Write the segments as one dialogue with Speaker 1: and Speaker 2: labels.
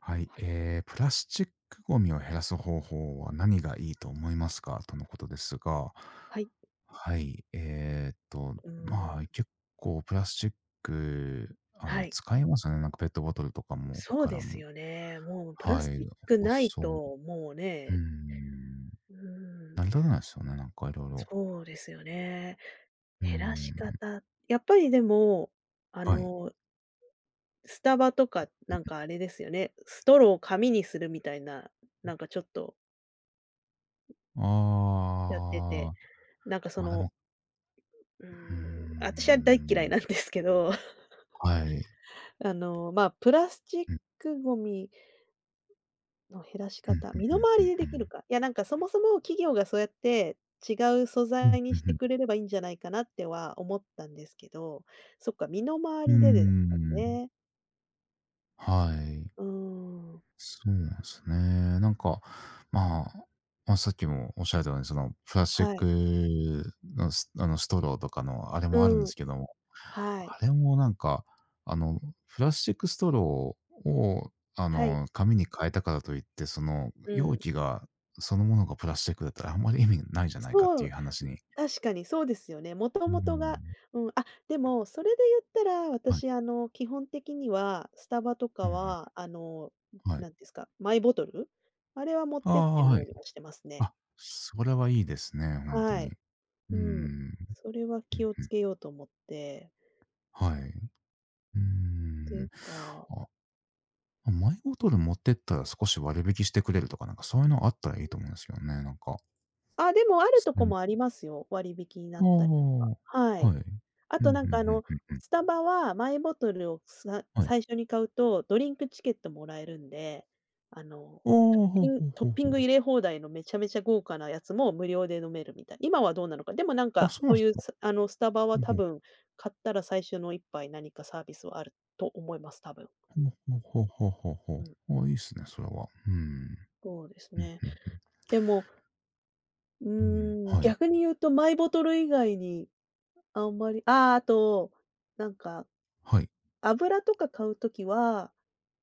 Speaker 1: はい、プラスチックゴミを減らす方法は何がいいと思いますかとのことですが、
Speaker 2: はい。
Speaker 1: はい、
Speaker 2: うー
Speaker 1: ま
Speaker 2: ん。
Speaker 1: あ、結構プラスチック、
Speaker 2: はい。
Speaker 1: 使いますよね。なんかペットボトルとかも、
Speaker 2: そう
Speaker 1: か
Speaker 2: で
Speaker 1: ら
Speaker 2: す
Speaker 1: も。
Speaker 2: よね。もうプラ
Speaker 1: は
Speaker 2: ス
Speaker 1: い、
Speaker 2: チックない
Speaker 1: 細、
Speaker 2: と、もう
Speaker 1: う
Speaker 2: ね、
Speaker 1: ん、
Speaker 2: うーん、
Speaker 1: 成り立たないですよね。なんかいろいろ。
Speaker 2: そうですよね。
Speaker 1: う
Speaker 2: 減らし
Speaker 1: ん、
Speaker 2: 方、やっぱりでも、あ
Speaker 1: はい。
Speaker 2: の、スタバとかなんかあれですよね、ストローを紙にするみたいな、なんかちょっとやってて、
Speaker 1: ああ、
Speaker 2: なんかそ
Speaker 1: まあで
Speaker 2: の、
Speaker 1: も、
Speaker 2: うー
Speaker 1: うー
Speaker 2: ん、あたしは大っ嫌い
Speaker 1: ん、
Speaker 2: なんですけど、
Speaker 1: はい。
Speaker 2: あの、まあ、プラスチッ
Speaker 1: うん、
Speaker 2: クごみの減らし
Speaker 1: うん、うん、
Speaker 2: 方、身の回りで
Speaker 1: う
Speaker 2: できる
Speaker 1: ん、
Speaker 2: か。いや、なんかそもそも企業がそうやって違う素
Speaker 1: うん、うん、
Speaker 2: 材に
Speaker 1: うん、
Speaker 2: し
Speaker 1: うんう
Speaker 2: て
Speaker 1: ん
Speaker 2: くれればいいんじゃないかなっては思ったんですけど、そっか、身の回
Speaker 1: うー
Speaker 2: りでですもん
Speaker 1: ん、
Speaker 2: ね。
Speaker 1: はい。
Speaker 2: うーん。
Speaker 1: そうなんですね。なんか、まあ、まあ、さっきもおっしゃられたように、その、プラスチッ
Speaker 2: はい。
Speaker 1: クのスあの、ストローとかのあれもあるん
Speaker 2: う
Speaker 1: で
Speaker 2: ん。
Speaker 1: すけども、
Speaker 2: はい。
Speaker 1: あれもなんか、あの、プラスチックストローを、
Speaker 2: はい。
Speaker 1: 紙に変えたからといって、その、
Speaker 2: う
Speaker 1: 容
Speaker 2: ん。
Speaker 1: 器がそのものがプラスチックだったらあんまり意味ないじゃないかっ
Speaker 2: そ
Speaker 1: てい
Speaker 2: う、
Speaker 1: う話に。
Speaker 2: 確かにそうですよね。もと
Speaker 1: うー
Speaker 2: もとが、
Speaker 1: ん、
Speaker 2: うん、あ、でもそれで言ったら、
Speaker 1: はい。
Speaker 2: 私あの、基本的にはスタバと
Speaker 1: う
Speaker 2: か
Speaker 1: ん
Speaker 2: は、あの、
Speaker 1: うん、はい。
Speaker 2: なんですか、マイボトル、あれは持っ
Speaker 1: あ
Speaker 2: てっ
Speaker 1: あ、
Speaker 2: てる
Speaker 1: は
Speaker 2: よう
Speaker 1: い。
Speaker 2: にはしてますね。
Speaker 1: あ、それはいいですね、ほんと
Speaker 2: は
Speaker 1: に。
Speaker 2: い。
Speaker 1: うー
Speaker 2: う
Speaker 1: ん、うん
Speaker 2: ん。そ
Speaker 1: う
Speaker 2: れは気をつ
Speaker 1: ん、
Speaker 2: けようと思って。
Speaker 1: はい。うー
Speaker 2: ていう
Speaker 1: ん。
Speaker 2: か
Speaker 1: あ、マイボトル持ってったら少し割引してくれるとか、なんかそういうのあったらいいと思うんですけどね、なんか。
Speaker 2: あ、でもあると
Speaker 1: う
Speaker 2: こ
Speaker 1: ん。
Speaker 2: もありますよ、割引になったりとか。
Speaker 1: あ
Speaker 2: は
Speaker 1: あ、
Speaker 2: い。
Speaker 1: はい。
Speaker 2: あ
Speaker 1: うん、う
Speaker 2: と
Speaker 1: ん
Speaker 2: なん
Speaker 1: う
Speaker 2: かあ
Speaker 1: ん
Speaker 2: の、
Speaker 1: うんうん。
Speaker 2: スタバはマイボトルをさ
Speaker 1: はい。
Speaker 2: 最初に買うと、ドリンクチケットもらえるんで、あの、
Speaker 1: ああ、
Speaker 2: トッ
Speaker 1: ほうほ
Speaker 2: ピン
Speaker 1: う
Speaker 2: トッ
Speaker 1: ほう
Speaker 2: ピ
Speaker 1: ほ
Speaker 2: ン
Speaker 1: う。
Speaker 2: グ入れ放題のめちゃめちゃ豪華なやつも無料で飲めるみたい。今はどうなのか。でもなん
Speaker 1: あ、
Speaker 2: か、
Speaker 1: そうな
Speaker 2: そ
Speaker 1: ん
Speaker 2: う
Speaker 1: です
Speaker 2: い
Speaker 1: か。
Speaker 2: うあの、スタバは
Speaker 1: ほう
Speaker 2: 多
Speaker 1: ほう。
Speaker 2: 分、買ったら最初の一杯何かサービスはあると思います、多分。
Speaker 1: ほうほうほうほうほう
Speaker 2: う
Speaker 1: ほ
Speaker 2: ん、
Speaker 1: ういいっすね、それは。うん。うん、うん
Speaker 2: そうです
Speaker 1: う
Speaker 2: ね。でもうー
Speaker 1: ん。うん、
Speaker 2: ん、
Speaker 1: はい。
Speaker 2: 逆に言うとマイボトル以外に、あんまりああ、あと、なんか、
Speaker 1: はい。
Speaker 2: 油とか買うときは、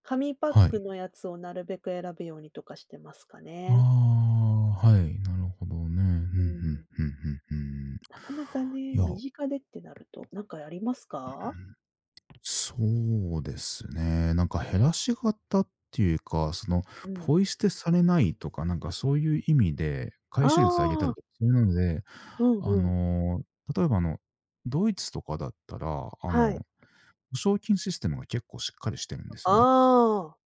Speaker 2: 紙パッ
Speaker 1: は
Speaker 2: ク
Speaker 1: い。
Speaker 2: のやつをなるべく選ぶようにとかしてますかね。
Speaker 1: ああ、はい、なるほどね。うん、うんうんう
Speaker 2: うん。
Speaker 1: んうん。
Speaker 2: なかなかね、
Speaker 1: いや、うん、
Speaker 2: 身近でってなると、なんかありますか？
Speaker 1: そうですね。なんか減らし型っていうか、その、
Speaker 2: うん。
Speaker 1: ポイ捨てされないとか、なんかそういう意味で、
Speaker 2: あ
Speaker 1: 回収率上げたり
Speaker 2: あ、
Speaker 1: とか、そういうので、
Speaker 2: うん
Speaker 1: あ
Speaker 2: うん。
Speaker 1: の、例えばドイツとかだったら、
Speaker 2: はい。
Speaker 1: 保証金システムが結構しっかりしてるんです
Speaker 2: あ
Speaker 1: よね。
Speaker 2: あ、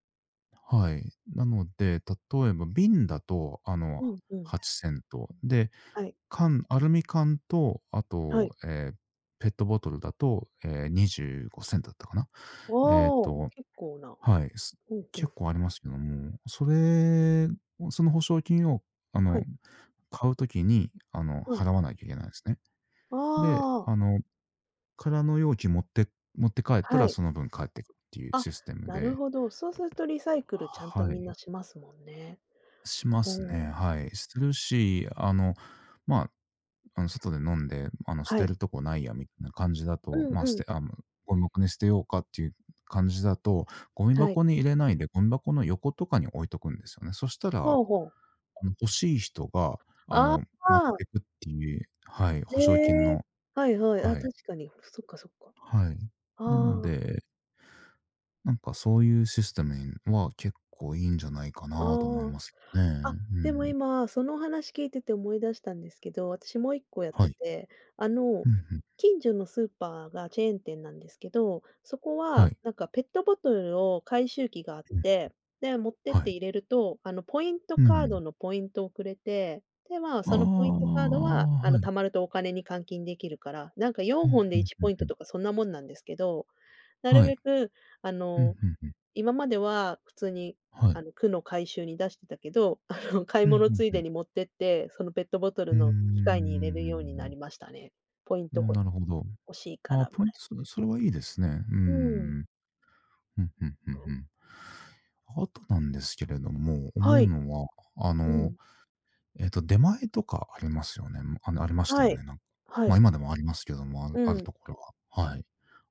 Speaker 1: はい。なので、例えば瓶だと、
Speaker 2: うんうん。
Speaker 1: 8セント。で、
Speaker 2: はい、
Speaker 1: 缶、アルミ缶と、あ
Speaker 2: は
Speaker 1: と、
Speaker 2: い。
Speaker 1: ペットボトルだと、ええ、25セントだったかな。えっ
Speaker 2: おお、
Speaker 1: と
Speaker 2: 結構な。
Speaker 1: はい、
Speaker 2: うんうん。
Speaker 1: 結構ありますけども、それを保証金を、あ
Speaker 2: は
Speaker 1: の、
Speaker 2: い、
Speaker 1: 買うときに、
Speaker 2: はい。
Speaker 1: 払わないといけないんですね。
Speaker 2: あ
Speaker 1: で、
Speaker 2: あ、
Speaker 1: 空の容器持って帰った
Speaker 2: は
Speaker 1: ら、
Speaker 2: い。
Speaker 1: その分返ってくるっていう
Speaker 2: あ、
Speaker 1: システム
Speaker 2: なる
Speaker 1: で。
Speaker 2: ほど。そうするとリサイクルちゃんと
Speaker 1: は
Speaker 2: みん
Speaker 1: い、
Speaker 2: なしますもんね。
Speaker 1: しま
Speaker 2: お
Speaker 1: すね、
Speaker 2: お。
Speaker 1: はい。するし、あの、まあ、外で飲んで、捨
Speaker 2: は
Speaker 1: て
Speaker 2: い。
Speaker 1: るとこないやみたいな感じだと、
Speaker 2: うん
Speaker 1: まあ、
Speaker 2: うん。
Speaker 1: 捨てあの、ゴミ箱に捨てようかっていう感じだと、ゴミ
Speaker 2: はい。
Speaker 1: 箱に入れないで、ゴミ箱の横とかに置いとくんですよね。そしたら
Speaker 2: ほうほう。
Speaker 1: 欲しい人が、
Speaker 2: あ
Speaker 1: 持って
Speaker 2: あ、
Speaker 1: くっていう。はい、
Speaker 2: え
Speaker 1: 保証金
Speaker 2: え。
Speaker 1: の。
Speaker 2: はいはい。あ、
Speaker 1: はい。
Speaker 2: 確かに。そっかそっか。
Speaker 1: はい。なの
Speaker 2: ああ、
Speaker 1: で、なんかそういうシステムには結構いいんじゃないかなと思い
Speaker 2: あ
Speaker 1: ますね。う
Speaker 2: あ。あ、でも
Speaker 1: ん。
Speaker 2: 今、そのお話聞いてて思い出したんですけど、私もう一個やっ
Speaker 1: は
Speaker 2: て
Speaker 1: い。
Speaker 2: て、あの、
Speaker 1: うんうん。
Speaker 2: 近所のスーパーがチェーン店なんですけど、そこ
Speaker 1: は
Speaker 2: は
Speaker 1: い。
Speaker 2: なんかペットボトルを回収機があっ
Speaker 1: うん。
Speaker 2: て、で、持ってっ
Speaker 1: は
Speaker 2: て
Speaker 1: い。
Speaker 2: 入れると、あの、ポイント
Speaker 1: う
Speaker 2: カード
Speaker 1: ん。
Speaker 2: のポイントをくれて、で、まあ、
Speaker 1: あ
Speaker 2: そのポイント
Speaker 1: あ、
Speaker 2: カードは、あの、
Speaker 1: は
Speaker 2: 貯
Speaker 1: い。
Speaker 2: まるとお金に換金できるから、なんか
Speaker 1: う
Speaker 2: 4
Speaker 1: ん、
Speaker 2: 本
Speaker 1: ふ
Speaker 2: で
Speaker 1: ん
Speaker 2: 1
Speaker 1: ふん
Speaker 2: ポイン
Speaker 1: ふ
Speaker 2: ト
Speaker 1: ん。
Speaker 2: とかそんなもんなんですけど、なる
Speaker 1: はい。
Speaker 2: べく、あ
Speaker 1: うん、
Speaker 2: の
Speaker 1: ふんふん。
Speaker 2: 今までは普通に、
Speaker 1: は
Speaker 2: あ
Speaker 1: い。
Speaker 2: の、区の回収に出してたけど、あの、買い
Speaker 1: うん、
Speaker 2: 物
Speaker 1: ふん
Speaker 2: つい
Speaker 1: ふ
Speaker 2: で
Speaker 1: ん。
Speaker 2: に持ってって、そのペットボトル
Speaker 1: うー
Speaker 2: の機械に入れるようにな
Speaker 1: ん。
Speaker 2: りましたね。ポイント
Speaker 1: なるほど。
Speaker 2: 欲しいか
Speaker 1: ああ、
Speaker 2: らみ
Speaker 1: ポイン
Speaker 2: た
Speaker 1: ト、
Speaker 2: い。
Speaker 1: それはいいですね。うー
Speaker 2: な。うん。
Speaker 1: ん。ふんふんふんふん。あとなんですけれども、
Speaker 2: は
Speaker 1: 思う
Speaker 2: い。
Speaker 1: のは、あ
Speaker 2: う
Speaker 1: の、
Speaker 2: ん。
Speaker 1: 出前とかありますよね。あの、ありました
Speaker 2: は
Speaker 1: よね、
Speaker 2: い。
Speaker 1: なんか。
Speaker 2: は
Speaker 1: ま、
Speaker 2: い。
Speaker 1: 今でもありますけども、
Speaker 2: う
Speaker 1: ある
Speaker 2: ん。
Speaker 1: ところは。はい。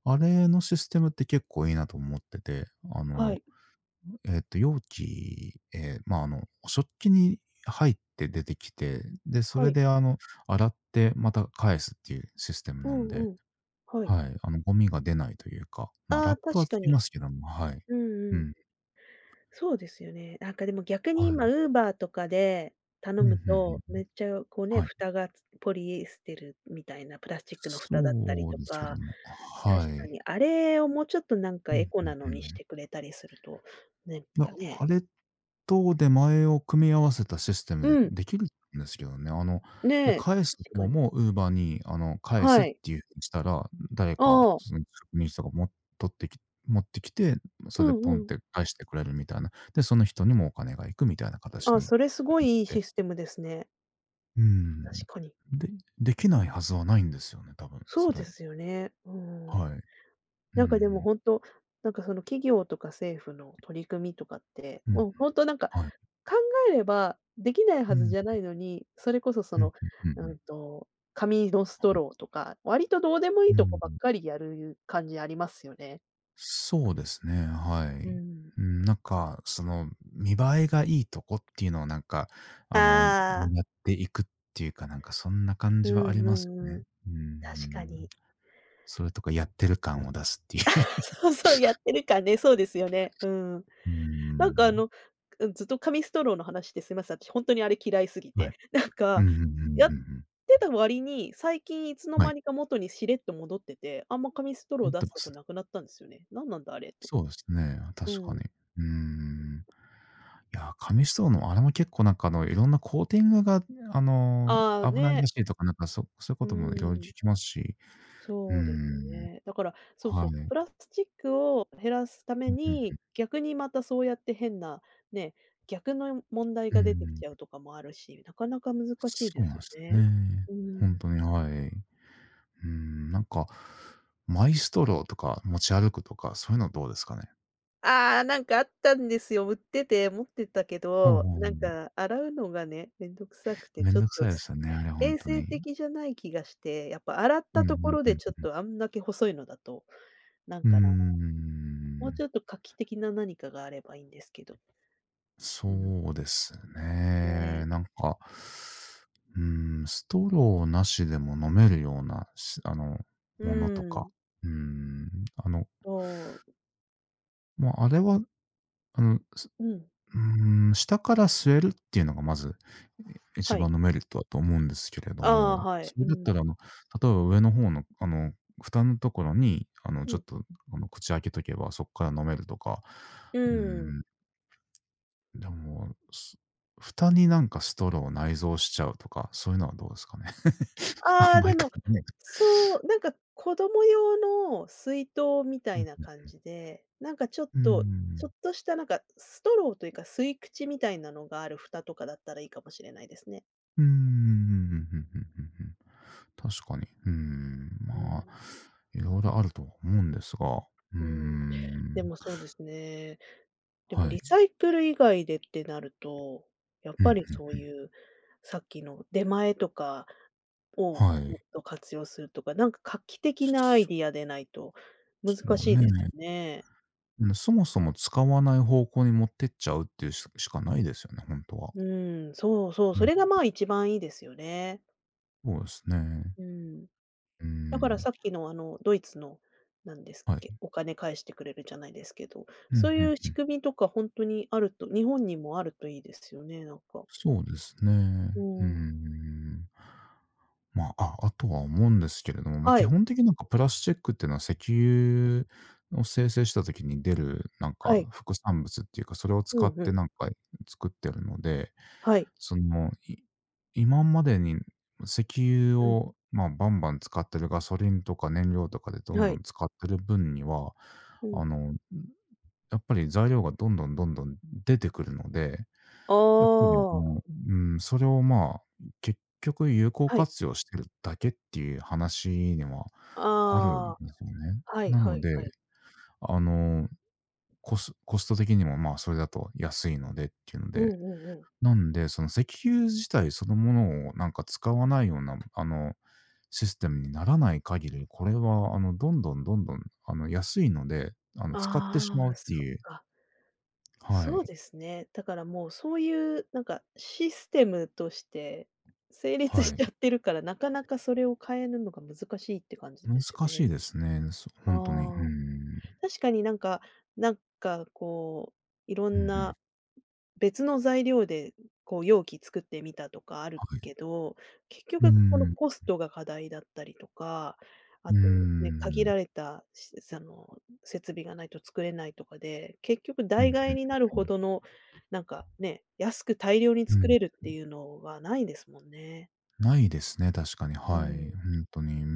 Speaker 1: あれのシステムって結構いいなと思ってて、あ
Speaker 2: は
Speaker 1: の、
Speaker 2: い。
Speaker 1: 容器、え、ま、食器に入って出てきて、で、そ
Speaker 2: は
Speaker 1: れ
Speaker 2: い。
Speaker 1: で、洗ってまた返すっていうシステム
Speaker 2: う
Speaker 1: なん
Speaker 2: ん
Speaker 1: で、
Speaker 2: うん。はい。
Speaker 1: はい、ゴミが出ないというか、ま、
Speaker 2: ああ、
Speaker 1: ラップは
Speaker 2: 確か
Speaker 1: つき
Speaker 2: に。
Speaker 1: ますけども、はい。
Speaker 2: うん
Speaker 1: う
Speaker 2: うん。
Speaker 1: ん、
Speaker 2: そうですよね。なんかでも逆に
Speaker 1: は
Speaker 2: 今、
Speaker 1: い。
Speaker 2: ウーバーとかで頼
Speaker 1: うん、
Speaker 2: む
Speaker 1: ふんふん、
Speaker 2: と、めっちゃこうね、
Speaker 1: はい。
Speaker 2: 蓋がポリエステルみたいなプラスチックの蓋だったり
Speaker 1: そう
Speaker 2: と
Speaker 1: ですけど
Speaker 2: か、
Speaker 1: も、
Speaker 2: 確
Speaker 1: は
Speaker 2: か
Speaker 1: い。
Speaker 2: にあれをもうちょっとなんか
Speaker 1: うん、
Speaker 2: エコ
Speaker 1: う
Speaker 2: な
Speaker 1: んう
Speaker 2: のにし
Speaker 1: ん。
Speaker 2: てくれたりすると、なんか
Speaker 1: ま、
Speaker 2: ね、
Speaker 1: あれと出前を組み合わせたシステムで
Speaker 2: うん、
Speaker 1: できるんですけどね。
Speaker 2: ね
Speaker 1: で、
Speaker 2: え、
Speaker 1: 返す
Speaker 2: 確か
Speaker 1: 方
Speaker 2: に。
Speaker 1: も Uber に、返す
Speaker 2: は
Speaker 1: っ
Speaker 2: い。
Speaker 1: ていう風にしたら、誰か
Speaker 2: ああ、
Speaker 1: その職人さんがも取ってき持ってきて、
Speaker 2: う
Speaker 1: それで
Speaker 2: ん
Speaker 1: ポンっ
Speaker 2: うん。
Speaker 1: て返してくれるみたいな。で、その人にもお金が行くみたいな形
Speaker 2: あ、
Speaker 1: に
Speaker 2: それすご
Speaker 1: なっ
Speaker 2: いいい
Speaker 1: て。
Speaker 2: システムですね。
Speaker 1: うー
Speaker 2: 確
Speaker 1: ん。
Speaker 2: かに。
Speaker 1: で、できないはずはないんですよね、多分
Speaker 2: そう
Speaker 1: そ
Speaker 2: で
Speaker 1: れ。
Speaker 2: すよね。うん。
Speaker 1: はい。うんう
Speaker 2: なんかでも
Speaker 1: ん。
Speaker 2: 本当なんかその企業とか政府の取り組みとかって、
Speaker 1: うん、
Speaker 2: もう本当なんか、
Speaker 1: はい。
Speaker 2: 考えればできない
Speaker 1: う
Speaker 2: はず
Speaker 1: ん。
Speaker 2: じゃないのに、それこそそ
Speaker 1: うん
Speaker 2: の、
Speaker 1: うんうんう
Speaker 2: う
Speaker 1: ん。
Speaker 2: んと、紙のストローとか、割とどうでもい
Speaker 1: う
Speaker 2: いとこ
Speaker 1: ん。
Speaker 2: ばっかりやる感じありますよね。
Speaker 1: そうですね、は
Speaker 2: う
Speaker 1: い。
Speaker 2: ん。
Speaker 1: うん、なんか、その、見栄えがいいとこっていうのをなんか、あの、
Speaker 2: ああ、
Speaker 1: やっていくっていうか、なんかそんな感
Speaker 2: う
Speaker 1: じはあり
Speaker 2: んう
Speaker 1: ますよ
Speaker 2: んうん。
Speaker 1: ね。う
Speaker 2: 確か
Speaker 1: ん。
Speaker 2: に。
Speaker 1: それとかやってる感を出すっていう。
Speaker 2: そうそう、やってるかね、そうですよね。うん。
Speaker 1: う
Speaker 2: なん
Speaker 1: ん。
Speaker 2: かあの、うん、ずっと紙ストローの話ですいません、私本当にあれ嫌いすぎ
Speaker 1: は
Speaker 2: て。
Speaker 1: い。
Speaker 2: なん
Speaker 1: う
Speaker 2: か、
Speaker 1: んうんうんうん
Speaker 2: や
Speaker 1: う
Speaker 2: っ
Speaker 1: ん。
Speaker 2: てた割に、最近いつの
Speaker 1: は
Speaker 2: 間
Speaker 1: い。
Speaker 2: にか元にしれっと戻ってて、あんま紙スト
Speaker 1: 持
Speaker 2: ロー
Speaker 1: っ
Speaker 2: 出
Speaker 1: て
Speaker 2: す
Speaker 1: ま
Speaker 2: とこ
Speaker 1: す。
Speaker 2: なくなったんですよね。なんなんだあれと。
Speaker 1: そうですね、
Speaker 2: う
Speaker 1: 確かに。
Speaker 2: ん。
Speaker 1: うーん。いや、紙ストローのあれも結構なんかいろんなコーティングがあの、
Speaker 2: ああ、
Speaker 1: 危ない
Speaker 2: ね、
Speaker 1: らしいとか、なんかそういう
Speaker 2: う
Speaker 1: こともいろいろ
Speaker 2: ん、
Speaker 1: 聞きますし、うー
Speaker 2: そうですよ
Speaker 1: ん、
Speaker 2: ね。だから、そう
Speaker 1: は
Speaker 2: そ
Speaker 1: い。
Speaker 2: う、
Speaker 1: うんう
Speaker 2: プラスチックを減らすために、
Speaker 1: ん
Speaker 2: 逆にまたそうやって変な、ね、逆の問題
Speaker 1: うん。
Speaker 2: が
Speaker 1: う
Speaker 2: 出てき
Speaker 1: ーん、
Speaker 2: ちゃうとかもあるし、なかなか難しい
Speaker 1: そ
Speaker 2: で
Speaker 1: うな
Speaker 2: す
Speaker 1: んで
Speaker 2: よ
Speaker 1: す
Speaker 2: ね。
Speaker 1: ね。
Speaker 2: う
Speaker 1: ほん
Speaker 2: ん。
Speaker 1: とに、はい。うーん、なんか、マイストローとか持ち歩くとか、そういうのどうですかね？
Speaker 2: ああ、なんかあったんですよ。売ってて持ってたけ
Speaker 1: ほう
Speaker 2: ど、
Speaker 1: ほう、
Speaker 2: なんか洗うのがね、めんどくさくて、
Speaker 1: め
Speaker 2: ち
Speaker 1: ん
Speaker 2: ょっ
Speaker 1: どく
Speaker 2: と
Speaker 1: さいで
Speaker 2: す
Speaker 1: すよね、あれほん
Speaker 2: 衛
Speaker 1: と
Speaker 2: 生
Speaker 1: に。
Speaker 2: 的じゃない気がして、やっぱ洗っ
Speaker 1: うん
Speaker 2: た
Speaker 1: う
Speaker 2: とこ
Speaker 1: ん
Speaker 2: ろ
Speaker 1: う
Speaker 2: でちょっ
Speaker 1: ん
Speaker 2: とあんだけ細いのだと、なん
Speaker 1: うん。う
Speaker 2: かな、
Speaker 1: ー
Speaker 2: もう
Speaker 1: ん。
Speaker 2: ちょっと画期的な何かがあればいいんですけど。うん、
Speaker 1: そうです
Speaker 2: ね。
Speaker 1: ね。なんか、うーん、ストローなしでも飲めるような、しあの、
Speaker 2: う
Speaker 1: ものとか、
Speaker 2: ん、
Speaker 1: うーん、あの、
Speaker 2: そう、
Speaker 1: まあ、あれは、あの、す
Speaker 2: うん、
Speaker 1: うーん、下から吸えるっていうのがまず、一
Speaker 2: はい。
Speaker 1: 番のメリットだと思うんですけれど
Speaker 2: ああ、
Speaker 1: も、
Speaker 2: はい。
Speaker 1: それ
Speaker 2: う
Speaker 1: だっ
Speaker 2: ん、
Speaker 1: たら、例えば上の方の、蓋のところに、
Speaker 2: う
Speaker 1: ちょ
Speaker 2: ん、
Speaker 1: っと、口開けとけば、そっから飲めるとか、
Speaker 2: う
Speaker 1: うー
Speaker 2: ん。
Speaker 1: ん、でも、蓋になんかストローを内蔵しちゃうとか、そういうのはどうですかね。あ
Speaker 2: あ
Speaker 1: ん
Speaker 2: あ、
Speaker 1: ま
Speaker 2: で
Speaker 1: り、い。
Speaker 2: も、そう、なんか子供用の水筒みた
Speaker 1: う
Speaker 2: い
Speaker 1: ん
Speaker 2: な
Speaker 1: うん。
Speaker 2: 感じで、なんかちょっ
Speaker 1: うー
Speaker 2: と、ちょ
Speaker 1: ん。
Speaker 2: っとしたなんかストローというか吸い口みたいなのがある蓋とかだったらいいかもしれないですね。
Speaker 1: うーん、うんうんうんうんうん、確かに。うーん、
Speaker 2: う
Speaker 1: まあ、
Speaker 2: ん。
Speaker 1: いろいろあるとは思うんですが、うー
Speaker 2: うん。
Speaker 1: ん、
Speaker 2: でもそうですね。でも
Speaker 1: は
Speaker 2: リ
Speaker 1: い。
Speaker 2: サイクル以外でってなると、やっ
Speaker 1: うん、うん
Speaker 2: ぱ
Speaker 1: う
Speaker 2: り
Speaker 1: ん。
Speaker 2: そういうさっきの出前とかを
Speaker 1: は
Speaker 2: もっ
Speaker 1: い。
Speaker 2: と活用するとか、なんか画期的なアイ
Speaker 1: そう
Speaker 2: ディアでないと
Speaker 1: です
Speaker 2: 難
Speaker 1: よ
Speaker 2: しいですよ
Speaker 1: ね。
Speaker 2: ね。
Speaker 1: うん、そもそも使わない方向に持ってっちゃうっていうしかないですよね、本当は。
Speaker 2: うん、そうそう、
Speaker 1: う
Speaker 2: そ
Speaker 1: ん、
Speaker 2: れがまあ一番いいですよね。
Speaker 1: そうですね。
Speaker 2: うん。
Speaker 1: うー
Speaker 2: だから
Speaker 1: ん、
Speaker 2: さっきのあのドイツの、なんですっ
Speaker 1: は
Speaker 2: け、
Speaker 1: い。
Speaker 2: お金返してくれるじゃないですけど、
Speaker 1: うん、うん
Speaker 2: そういう
Speaker 1: う
Speaker 2: 仕
Speaker 1: ん。
Speaker 2: 組みとか本当にあると日本にもあるといいですよね、なんか。
Speaker 1: そうです
Speaker 2: う
Speaker 1: ね。う
Speaker 2: ん。
Speaker 1: ん。まあ、あ、あとは思うんですけれども、ま、
Speaker 2: は
Speaker 1: 基
Speaker 2: い、
Speaker 1: 本的になんかプラスチックっていうのは石油を生成した時に出るなん
Speaker 2: は
Speaker 1: か
Speaker 2: い。
Speaker 1: 副産物っていうか、それを
Speaker 2: うん
Speaker 1: 使っ
Speaker 2: う
Speaker 1: て
Speaker 2: ん。
Speaker 1: なんか作ってるので、
Speaker 2: はい。
Speaker 1: その、今までに石油
Speaker 2: うん、
Speaker 1: を、まあ、バンバン使ってるガソリンとか燃料とかでどん
Speaker 2: は
Speaker 1: ど
Speaker 2: い。
Speaker 1: ん使ってる分には、
Speaker 2: う
Speaker 1: あ
Speaker 2: ん。
Speaker 1: の、やっぱり材料がどんどんどんどん出てくるので
Speaker 2: あ
Speaker 1: やっぱり、
Speaker 2: あ、
Speaker 1: うん、それを、まあ、結局有効
Speaker 2: はい。
Speaker 1: 活用してるだけっていう話には
Speaker 2: あ
Speaker 1: あるん
Speaker 2: あ、
Speaker 1: ですよね。
Speaker 2: はい
Speaker 1: な
Speaker 2: は
Speaker 1: の
Speaker 2: い
Speaker 1: で、
Speaker 2: はい。
Speaker 1: あの、コスト的にも、まあ、それだと安いのでっていうの
Speaker 2: うん
Speaker 1: で、
Speaker 2: うんうん。
Speaker 1: なんで、その石油自体そのものをなんか使わないような、システムにならない限り、これは、どんどんどんどん、安いので、使ってし
Speaker 2: あ
Speaker 1: まう
Speaker 2: あ、
Speaker 1: って
Speaker 2: そっ
Speaker 1: いう。
Speaker 2: か。
Speaker 1: は
Speaker 2: そう
Speaker 1: い、
Speaker 2: ですね。だからもうそういうなんかシステムとして成立し
Speaker 1: は
Speaker 2: ちゃ
Speaker 1: い。
Speaker 2: ってるから、なかなかそれを変えるのが難しいって感じで
Speaker 1: 難
Speaker 2: すよ
Speaker 1: し
Speaker 2: ね。
Speaker 1: いですね、ほんとに。うー
Speaker 2: ああ、
Speaker 1: ん。
Speaker 2: 確かになんかなんかこう、いろ
Speaker 1: うんう
Speaker 2: ん
Speaker 1: ん。
Speaker 2: な別の材料で、こう容器作ってみたとかある
Speaker 1: はい。
Speaker 2: けど、結
Speaker 1: うー
Speaker 2: 局この
Speaker 1: ん。
Speaker 2: コストが課題だったりとか、
Speaker 1: う
Speaker 2: あ
Speaker 1: ー
Speaker 2: とね、限
Speaker 1: ん。
Speaker 2: られた、しその、設備がないと作れないとかで、結局
Speaker 1: うんう
Speaker 2: 代
Speaker 1: ん
Speaker 2: 替になる
Speaker 1: う
Speaker 2: ほ
Speaker 1: ん
Speaker 2: どの、なんかね、安く大量に
Speaker 1: うん。う
Speaker 2: 作
Speaker 1: ん。
Speaker 2: れるっていうのはないですもんね。
Speaker 1: ないですね、確かに、
Speaker 2: う
Speaker 1: はい。
Speaker 2: ん。
Speaker 1: ほんとに、うー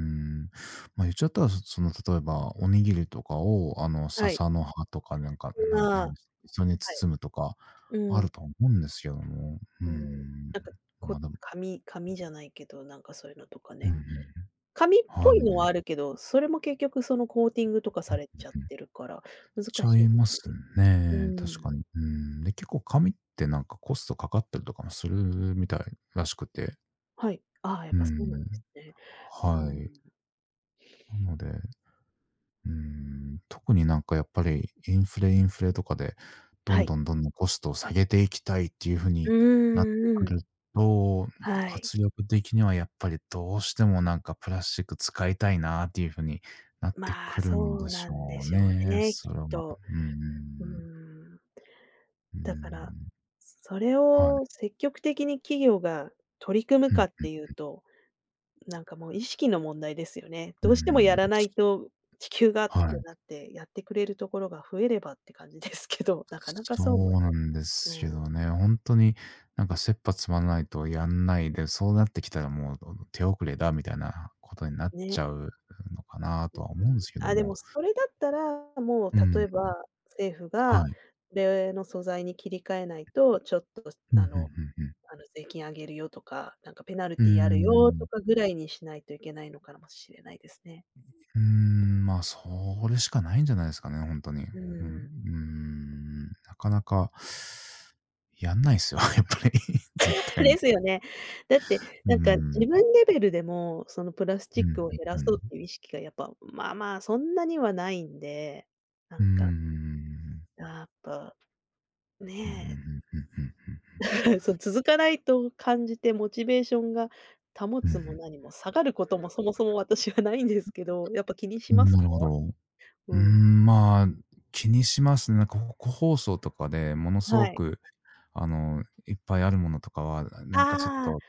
Speaker 1: ん。ま、言っちゃったら、その、例えばおにぎりとかを、
Speaker 2: はい。
Speaker 1: 笹の葉とかなんか、なん
Speaker 2: まあ、
Speaker 1: なん
Speaker 2: は
Speaker 1: ですそれに
Speaker 2: い。
Speaker 1: 包むとか、あ
Speaker 2: うん、
Speaker 1: ると思うんですけども、うー
Speaker 2: うん。
Speaker 1: ん。
Speaker 2: なんか、こ
Speaker 1: ま、でも
Speaker 2: 紙紙じゃないけど、なんかそういうのとか
Speaker 1: うんう
Speaker 2: ね。
Speaker 1: ん。
Speaker 2: 紙っ
Speaker 1: は
Speaker 2: ぽい
Speaker 1: い
Speaker 2: のは
Speaker 1: ね。
Speaker 2: あるけど、それも結局そのコーティングとか
Speaker 1: う
Speaker 2: さ
Speaker 1: ん
Speaker 2: れちゃっ
Speaker 1: うんうん。
Speaker 2: てるから、難
Speaker 1: ち
Speaker 2: し
Speaker 1: ゃ
Speaker 2: い
Speaker 1: い
Speaker 2: で
Speaker 1: ま
Speaker 2: すよ
Speaker 1: す
Speaker 2: ね。う
Speaker 1: ね、確
Speaker 2: ん。
Speaker 1: かに。うーん。で、結構紙ってなんかコストかかったりとかもするみたいらしくて。
Speaker 2: はい。ああ、やっ
Speaker 1: うー
Speaker 2: ぱそうなんです
Speaker 1: ん。
Speaker 2: ね。う
Speaker 1: は
Speaker 2: ん。
Speaker 1: い。なので、うん、特になんかやっぱりインフレとかで、ど
Speaker 2: は
Speaker 1: ん
Speaker 2: い。
Speaker 1: どんどんどんコストを下げていきたいっていう風
Speaker 2: う
Speaker 1: になっ
Speaker 2: ん、
Speaker 1: て
Speaker 2: う
Speaker 1: く
Speaker 2: ん。
Speaker 1: ると、
Speaker 2: はい。
Speaker 1: 圧力的にはやっぱりどうしてもなんかプラスチック使いたいなっていう風になって
Speaker 2: まあ、
Speaker 1: くるん
Speaker 2: そう
Speaker 1: で
Speaker 2: な
Speaker 1: しょ
Speaker 2: んで
Speaker 1: う
Speaker 2: しょう
Speaker 1: ね。
Speaker 2: ね、きっ
Speaker 1: それは。
Speaker 2: と。
Speaker 1: うんうんうん
Speaker 2: う
Speaker 1: うん。
Speaker 2: ん。だから、それ
Speaker 1: はい。
Speaker 2: を積極的に企業が取り組む
Speaker 1: う
Speaker 2: かっ
Speaker 1: ん。
Speaker 2: ていうとなんかもう意識の問題ですよね。
Speaker 1: う
Speaker 2: どうしてもや
Speaker 1: ん。
Speaker 2: らないと、地球がって
Speaker 1: はい。
Speaker 2: なって、やってくれるところが増えればって感じですけど、なかなか
Speaker 1: そ
Speaker 2: そうもね、
Speaker 1: うなんで
Speaker 2: う
Speaker 1: すけ
Speaker 2: ん、
Speaker 1: どね、本当になんか切羽詰まらないとやんないで、そうなってきたらもう、手遅れだみたいなことになっ
Speaker 2: ね、
Speaker 1: ちゃうのかなとは
Speaker 2: う
Speaker 1: 思うん
Speaker 2: ん。
Speaker 1: ですけど
Speaker 2: あ、で
Speaker 1: も。
Speaker 2: もそれだったら、もう
Speaker 1: う
Speaker 2: 例
Speaker 1: ん、
Speaker 2: えば、政府が
Speaker 1: はい。
Speaker 2: これの素材に切り替えないと、ちょっと
Speaker 1: うん、う
Speaker 2: あ
Speaker 1: んう
Speaker 2: の
Speaker 1: んうん。
Speaker 2: あの税金上げるよとか、なんかペナル
Speaker 1: うー
Speaker 2: ティーあるよ
Speaker 1: ん。
Speaker 2: とかぐらいにしないといけないのかもしれないですね。
Speaker 1: まあ、それしかないんじゃないですかね、本当に。うん、
Speaker 2: うん。
Speaker 1: なかなかやんないですよ、やっぱり、絶対
Speaker 2: で
Speaker 1: に。
Speaker 2: すよね。だって、
Speaker 1: うー
Speaker 2: なんか
Speaker 1: ん。
Speaker 2: 自分レベルでも、そのプラスチ
Speaker 1: うん、う
Speaker 2: ック
Speaker 1: ん
Speaker 2: を減らそ
Speaker 1: う
Speaker 2: う
Speaker 1: ん。
Speaker 2: っていう意識がやっぱ、まあまあ、そんなにはないんで、な
Speaker 1: うー
Speaker 2: んか、
Speaker 1: ん。
Speaker 2: やっぱ
Speaker 1: うん、うんうんうん
Speaker 2: ね、
Speaker 1: んん
Speaker 2: そう続かないと感じてモチベーションが保
Speaker 1: う
Speaker 2: つも
Speaker 1: ん。
Speaker 2: 何も下がることもそもそも私はないんですけど、やっぱ気にし
Speaker 1: う
Speaker 2: ま
Speaker 1: ん、
Speaker 2: すか？
Speaker 1: なるほど。
Speaker 2: うん。
Speaker 1: まあ、気にしますね。なんか、個包装とかでものす
Speaker 2: は
Speaker 1: ご
Speaker 2: い。
Speaker 1: く、いっぱいあるものとかは、なんかちょっ
Speaker 2: ああ、
Speaker 1: と、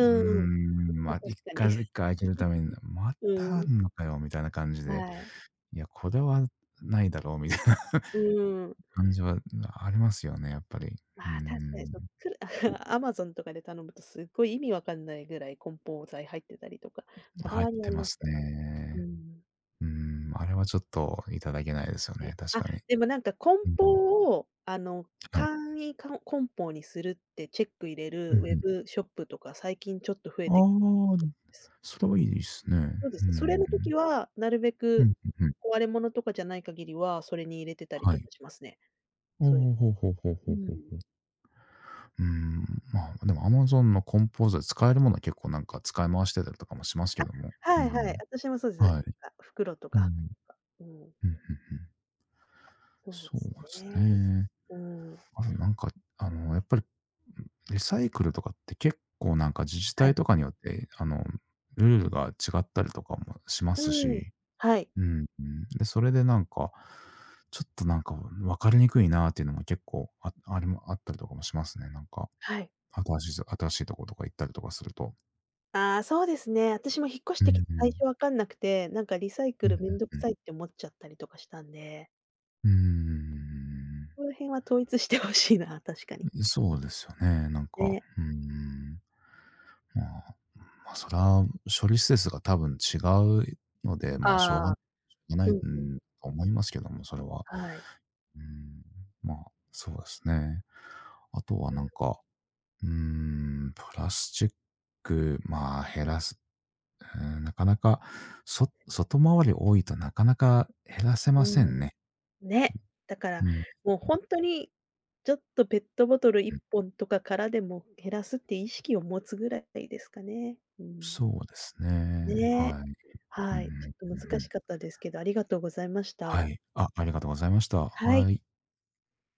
Speaker 2: ん。
Speaker 1: ま、
Speaker 2: あ、
Speaker 1: あ、1
Speaker 2: 確かに。
Speaker 1: 回ず1 回開けるために、ま
Speaker 2: う
Speaker 1: たあ
Speaker 2: ん。
Speaker 1: んのかよみたいな感じ
Speaker 2: は
Speaker 1: で、
Speaker 2: い。
Speaker 1: いや、これはないだろうみたいな
Speaker 2: うん
Speaker 1: 感じはありますよね、やっぱり。うー
Speaker 2: まあ、確かに、
Speaker 1: ん、
Speaker 2: そう、くる a m a とかで頼むとすっごい意味わかんないぐらい梱包材入ってたりとか、た
Speaker 1: 入っ
Speaker 2: まにあ
Speaker 1: て
Speaker 2: り
Speaker 1: ま
Speaker 2: ます
Speaker 1: す
Speaker 2: からね。う
Speaker 1: ね。
Speaker 2: ん。
Speaker 1: あれはちょっといただけないですよ
Speaker 2: ね、
Speaker 1: ね、
Speaker 2: あ、
Speaker 1: 確かに。
Speaker 2: でもなんか梱
Speaker 1: うん、
Speaker 2: 包を、あの、
Speaker 1: はい。
Speaker 2: 簡易梱包にするってチェック入れ
Speaker 1: う
Speaker 2: る
Speaker 1: んう
Speaker 2: ウェ
Speaker 1: ん。
Speaker 2: ブショップとか最近ちょっと増え
Speaker 1: あ
Speaker 2: てきて
Speaker 1: あ、
Speaker 2: るんです。
Speaker 1: それはいいですね。
Speaker 2: そうで
Speaker 1: う
Speaker 2: すね、それの時
Speaker 1: ん。
Speaker 2: はなるべ
Speaker 1: うん、
Speaker 2: く
Speaker 1: うん
Speaker 2: 壊れ物とかじゃない限りは、それに入れてたり
Speaker 1: は
Speaker 2: とか
Speaker 1: い。
Speaker 2: しますね。
Speaker 1: ああ、
Speaker 2: そういう
Speaker 1: ほうほうほうほう
Speaker 2: う
Speaker 1: ほうほ
Speaker 2: ん。
Speaker 1: う。うーん、まあ、でも Amazon のコンポーザー使えるものは結構なんか使い回してたりとかもしますけども。う
Speaker 2: はいはい、
Speaker 1: ん。
Speaker 2: 私もそうですね。
Speaker 1: はい。
Speaker 2: あ、袋と
Speaker 1: うん。うん、うん
Speaker 2: か、うん。
Speaker 1: うん。
Speaker 2: そうで
Speaker 1: そう
Speaker 2: す
Speaker 1: です
Speaker 2: ね。
Speaker 1: ね。
Speaker 2: うん。
Speaker 1: あとなんか、やっぱり、リサイクルとかって結構なんか自治
Speaker 2: は
Speaker 1: 体
Speaker 2: い。
Speaker 1: とかによって、ルールが違ったりとかもしま
Speaker 2: う
Speaker 1: す
Speaker 2: ん。
Speaker 1: し。
Speaker 2: はい。
Speaker 1: うん、うん。で、それでなんか、ちょっとなんか分かりにくいなっていうのも結構あありもあったりとかもしますね、なんか。
Speaker 2: はい。
Speaker 1: 新しい新しいとことか行ったりとかすると。
Speaker 2: ああ、そうですね。私も引っ越し
Speaker 1: う
Speaker 2: て
Speaker 1: ん
Speaker 2: きて
Speaker 1: う
Speaker 2: 最
Speaker 1: ん。
Speaker 2: 初わかんなくて、なんかリサイク
Speaker 1: うんう
Speaker 2: ル
Speaker 1: ん
Speaker 2: めんどく
Speaker 1: うん。
Speaker 2: さいって思っちゃったりとかしたんで、
Speaker 1: うー
Speaker 2: その辺は統一してほしいな、確かに。
Speaker 1: ん。そうですよね、なんか、
Speaker 2: ね。
Speaker 1: うーん。まあ、まあ、それは処理施設が多分違うので、まあ、しょう
Speaker 2: あ
Speaker 1: が
Speaker 2: あ、
Speaker 1: な
Speaker 2: う
Speaker 1: い、
Speaker 2: ん
Speaker 1: う
Speaker 2: うん。
Speaker 1: ん、と思いますけども、それは。
Speaker 2: はい。
Speaker 1: うん、まあ、そうですね。あとは
Speaker 2: う
Speaker 1: な
Speaker 2: ん。
Speaker 1: んかうープラスチック、まあ、減らす、なかなか、外回り多いとなかなか減らせ
Speaker 2: う
Speaker 1: ません
Speaker 2: ん、
Speaker 1: ね。
Speaker 2: ね。だか
Speaker 1: う
Speaker 2: ら、
Speaker 1: ん。
Speaker 2: もう本当に、ちょっとペットボトル
Speaker 1: う
Speaker 2: 1
Speaker 1: ん、
Speaker 2: 本とかからでも減らすって意識を持つぐらいですかね。うん。
Speaker 1: そうですね。
Speaker 2: ね。
Speaker 1: はい。うんうん、う
Speaker 2: は
Speaker 1: ん
Speaker 2: い、ち
Speaker 1: う
Speaker 2: ょっ
Speaker 1: ん。
Speaker 2: と難しかったですけど、ありがとうございまし
Speaker 1: は
Speaker 2: た。
Speaker 1: い。あ、ありがとうございました。
Speaker 2: はい。
Speaker 1: はい。